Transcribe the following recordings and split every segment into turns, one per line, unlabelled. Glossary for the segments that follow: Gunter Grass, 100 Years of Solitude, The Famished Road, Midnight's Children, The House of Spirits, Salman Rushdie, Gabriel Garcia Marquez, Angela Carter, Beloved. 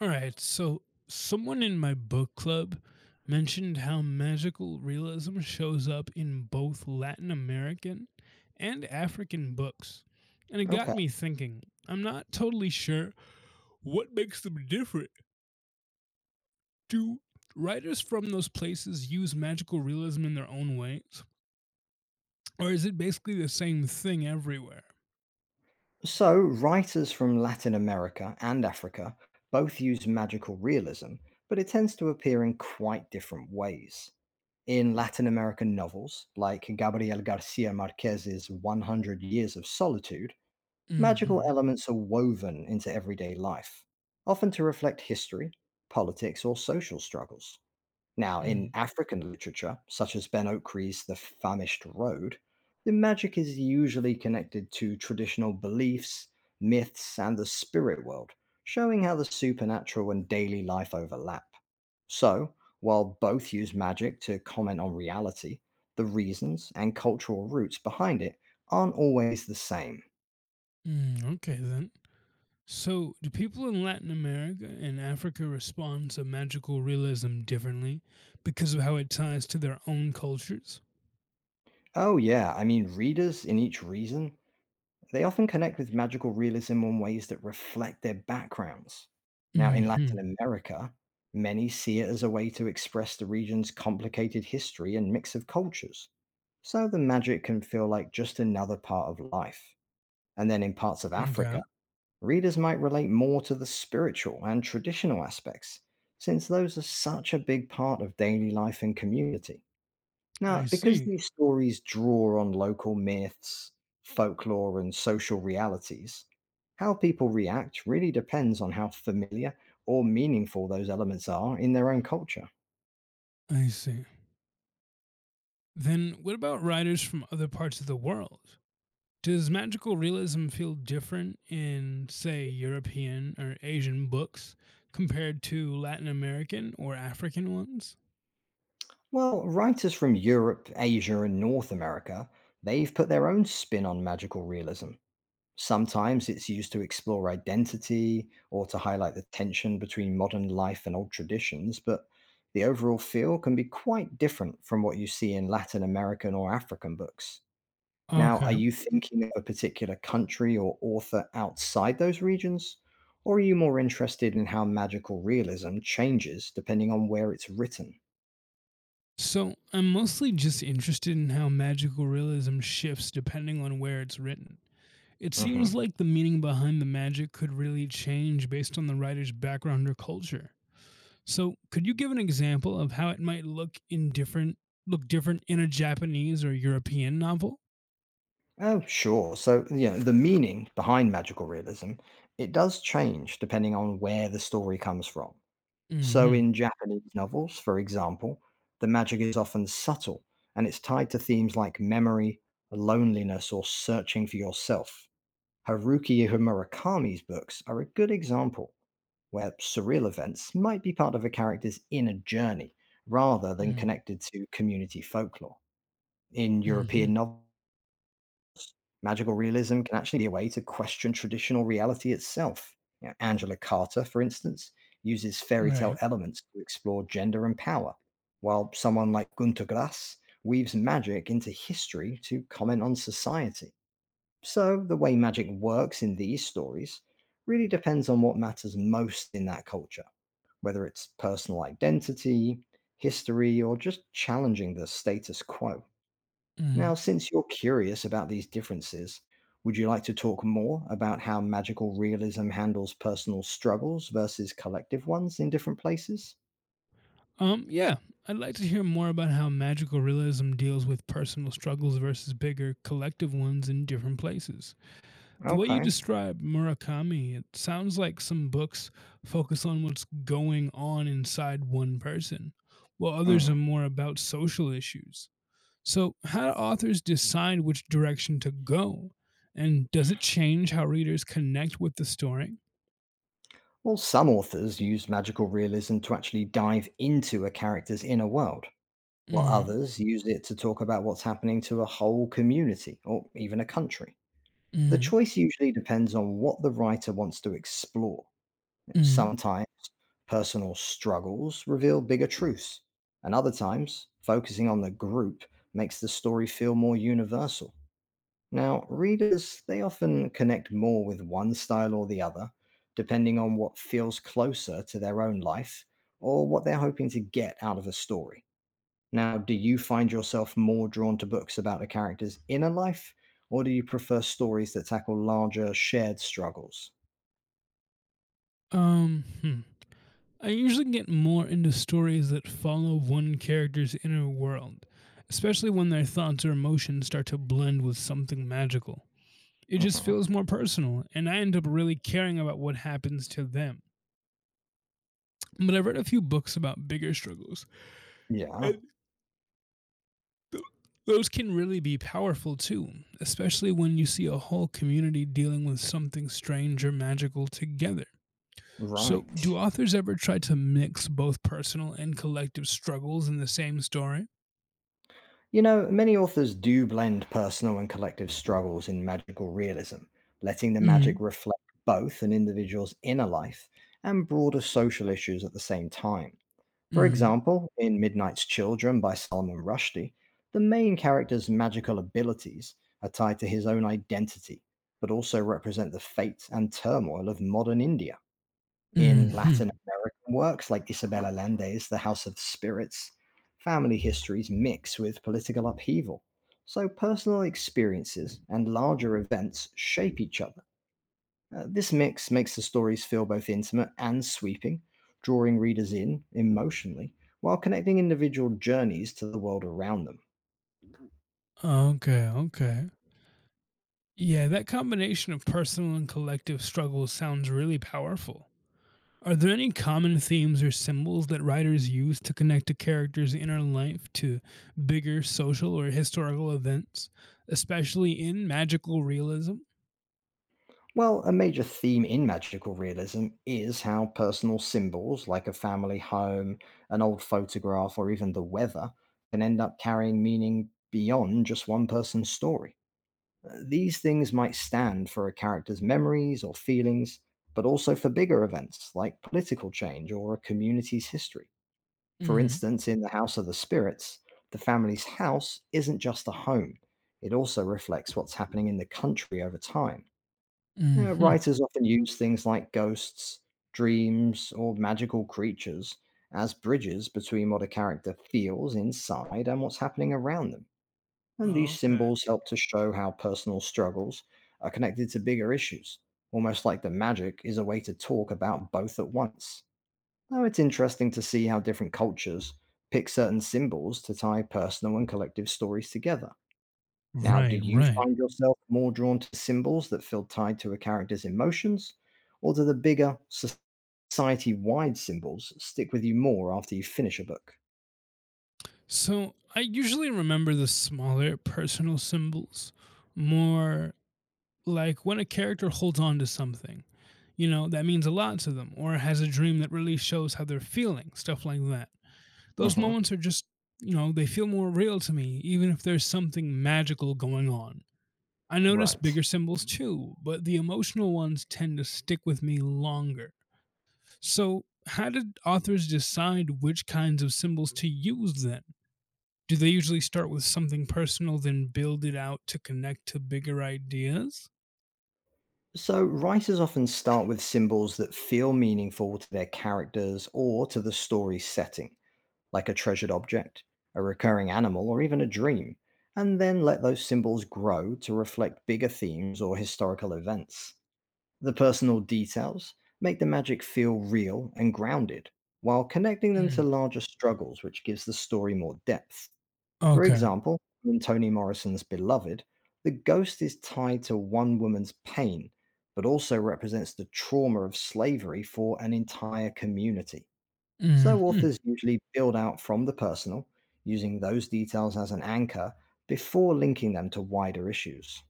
All right. So, someone in my book club mentioned how magical realism shows up in both Latin American and African books. And it got
Okay.
me thinking, I'm not totally sure what makes them different. Do writers from those places use magical realism in their own ways? Or is it basically the same thing everywhere?
So, writers from Latin America and Africa both use magical realism, but it tends to appear in quite different ways. In Latin American novels, like Gabriel Garcia Marquez's 100 Years of Solitude, magical
Hmm.
elements are woven into everyday life, often to reflect history, politics, or social struggles. Now, in
Mm,
African literature, such as Ben Okri's The Famished Road, the magic is usually connected to traditional beliefs, myths, and the spirit world, showing how the supernatural and daily life overlap. So, while both use magic to comment on reality, the reasons and cultural roots behind it aren't always the same.
mm, okay, then. So, do people in Latin America and Africa respond to magical realism differently because of how it ties to their own cultures?
Oh, yeah, I mean, readers in each reason they often connect with magical realism in ways that reflect their backgrounds. Now, in
Hmm.
Latin America, many see it as a way to express the region's complicated history and mix of cultures. So the magic can feel like just another part of life. And then in parts of Africa,
Okay.
readers might relate more to the spiritual and traditional aspects, since those are such a big part of daily life and community.
I
Now, because
see.
these stories draw on local myths, folklore, and social realities, how people react really depends on how familiar or meaningful those elements are in their own culture.
I see. Then, what about writers from other parts of the world? Does magical realism feel different in, say, European or Asian books compared to Latin American or African ones?
Well, writers from Europe, Asia, and North America, they've put their own spin on magical realism. Sometimes it's used to explore identity or to highlight the tension between modern life and old traditions, but the overall feel can be quite different from what you see in Latin American or African books. Now, are
Okay.
you thinking of a particular country or author outside those regions? Or are you more interested in how magical realism changes depending on where it's written?
So I'm mostly just interested in how magical realism shifts depending on where it's written. It
Hmm.
seems like the meaning behind the magic could really change based on the writer's background or culture. So could you give an example of how it might look different in a Japanese or European novel?
Oh, sure. So, you know, the meaning behind magical realism, it does change depending on where the story comes from. So,
Mm-hmm.
in Japanese novels, for example, the magic is often subtle and it's tied to themes like memory, loneliness, or searching for yourself. Haruki Murakami's books are a good example where surreal events might be part of a character's inner journey rather than
Mm.
connected to community folklore. In
Hmm.
European novels, magical realism can actually be a way to question traditional reality itself. You know, Angela Carter, for instance, uses fairy tale
Right.
elements to explore gender and power, while someone like Gunter Grass weaves magic into history to comment on society. So, the way magic works in these stories really depends on what matters most in that culture, whether it's personal identity, history, or just challenging the status quo. Now,
Mm.
since you're curious about these differences, would you like to talk more about how magical realism handles personal struggles versus collective ones in different places?
Yeah. I'd like to hear more about how magical realism deals with personal struggles versus bigger collective ones in different places. The way you
Okay.
describe Murakami, it sounds like some books focus on what's going on inside one person, while others
Mm.
are more about social issues. So, how do authors decide which direction to go? And does it change how readers connect with the story?
Well, some authors use magical realism to actually dive into a character's inner world, while
Mm,
others use it to talk about what's happening to a whole community or even a country. The
mm,
choice usually depends on what the writer wants to explore.
mm.
Sometimes personal struggles reveal bigger truths, and other times, focusing on the group makes the story feel more universal. Now, readers, they often connect more with one style or the other, depending on what feels closer to their own life or what they're hoping to get out of a story. Now, do you find yourself more drawn to books about a character's inner life, or do you prefer stories that tackle larger shared struggles?
Hmm. I usually get more into stories that follow one character's inner world, especially when their thoughts or emotions start to blend with something magical. It just
Hmm.
feels more personal, and I end up really caring about what happens to them. But I've read a few books about bigger struggles,
Yeah,
and those can really be powerful too, especially when you see a whole community dealing with something strange or magical together. So,
right.
do authors ever try to mix both personal and collective struggles in the same story?
You know, many authors do blend personal and collective struggles in magical realism, letting the magic
Mm,
reflect both an individual's inner life and broader social issues at the same time. For
mm,
example, in Midnight's Children by Salman Rushdie, the main character's magical abilities are tied to his own identity, but also represent the fate and turmoil of modern India. In
mm-hmm.
Latin American works like Isabel Allende's The House of Spirits, family histories mix with political upheaval. So personal experiences and larger events shape each other. This mix makes the stories feel both intimate and sweeping, drawing readers in emotionally while connecting individual journeys to the world around them.
Okay, okay. Yeah, that combination of personal and collective struggles sounds really powerful. Are there any common themes or symbols that writers use to connect a character's inner life to bigger social or historical events, especially in magical realism?
Well, a major theme in magical realism is how personal symbols like a family home, an old photograph, or even the weather can end up carrying meaning beyond just one person's story. These things might stand for a character's memories or feelings, but also for bigger events like political change or a community's history. For
Mm.
instance, in The House of the Spirits, the family's house isn't just a home, it also reflects what's happening in the country over time.
Hmm.
Writers often use things like ghosts, dreams, or magical creatures as bridges between what a character feels inside and what's happening around them. And these
Okay.
symbols help to show how personal struggles are connected to bigger issues, almost like the magic is a way to talk about both at once. Now, it's interesting to see how different cultures pick certain symbols to tie personal and collective stories together. Now, do
Right,
you
right.
find yourself more drawn to symbols that feel tied to a character's emotions, or do the bigger society wide symbols stick with you more after you finish a book?
So I usually remember the smaller personal symbols, more, like when a character holds on to something, you know, that means a lot to them, or has a dream that really shows how they're feeling, stuff like that. Those
Hmm.
moments are just, you know, they feel more real to me, even if there's something magical going on. I notice
Right.
bigger symbols too, but the emotional ones tend to stick with me longer. So, how did authors decide which kinds of symbols to use then? Do they usually start with something personal, then build it out to connect to bigger ideas?
So, writers often start with symbols that feel meaningful to their characters or to the story's setting, like a treasured object, a recurring animal, or even a dream, and then let those symbols grow to reflect bigger themes or historical events. The personal details make the magic feel real and grounded, while connecting them to
Mm.
larger struggles, which gives the story more depth. For
Okay.
example, in Toni Morrison's Beloved, the ghost is tied to one woman's pain, but also represents the trauma of slavery for an entire community. So
Hmm.
authors usually build out from the personal, using those details as an anchor before linking them to wider issues.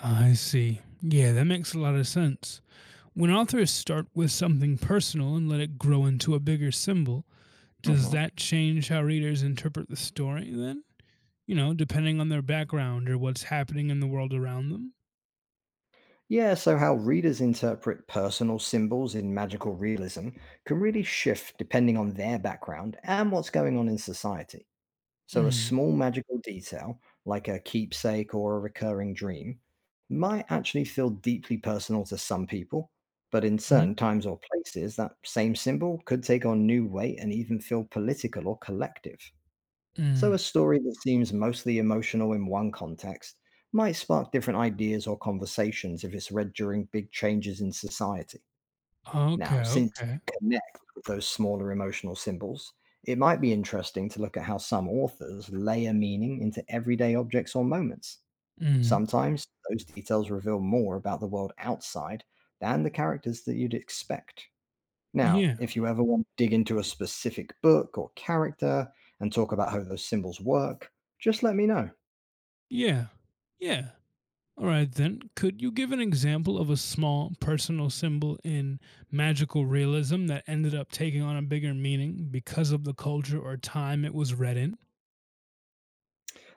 I see. Yeah, that makes a lot of sense. When authors start with something personal and let it grow into a bigger symbol, does
Mhm.
that change how readers interpret the story then? You know, depending on their background or what's happening in the world around them?
Yeah, so how readers interpret personal symbols in magical realism can really shift depending on their background and what's going on in society. So, a
Mm,
small magical detail, like a keepsake or a recurring dream, might actually feel deeply personal to some people, but in
mhm,
certain times or places, that same symbol could take on new weight and even feel political or collective. So,
mm.
a story that seems mostly emotional in one context might spark different ideas or conversations if it's read during big changes in society.
Okay,
Now, since you
okay.
connect with those smaller emotional symbols, it might be interesting to look at how some authors layer meaning into everyday objects or moments.
Mhm.
Sometimes those details reveal more about the world outside than the characters that you'd expect. Now,
Yeah,
if you ever want to dig into a specific book or character and talk about how those symbols work, just let me know.
yeah, yeah. All right, then. Could you give an example of a small personal symbol in magical realism that ended up taking on a bigger meaning because of the culture or time it was read in?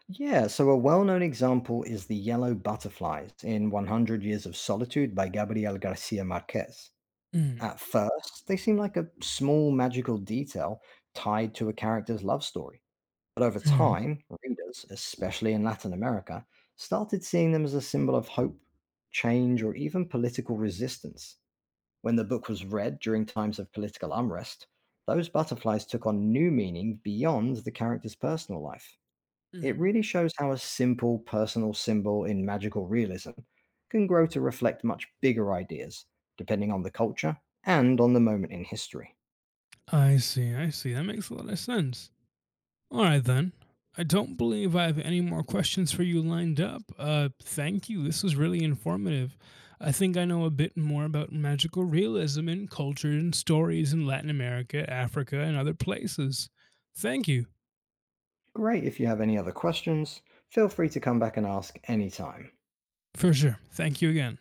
Yeah, so a well known example is The Yellow Butterflies in 100 Years of Solitude by Gabriel Garcia Marquez.
Mm,
At first, they seem like a small magical detail tied to a character's love story. But over
mm,
time, readers, especially in Latin America, started seeing them as a symbol of hope, change, or even political resistance. When the book was read during times of political unrest, those butterflies took on new meaning beyond the character's personal life. It
mm.
really shows how a simple personal symbol in magical realism can grow to reflect much bigger ideas, depending on the culture and on the moment in history.
I see, I see. That makes a lot of sense. All right, then. I don't believe I have any more questions for you lined up. Thank you. This was really informative. I think I know a bit more about magical realism and culture and stories in Latin America, Africa, and other places. Thank you.
Great, if you have any other questions, feel free to come back and ask anytime.
For sure. Thank you again.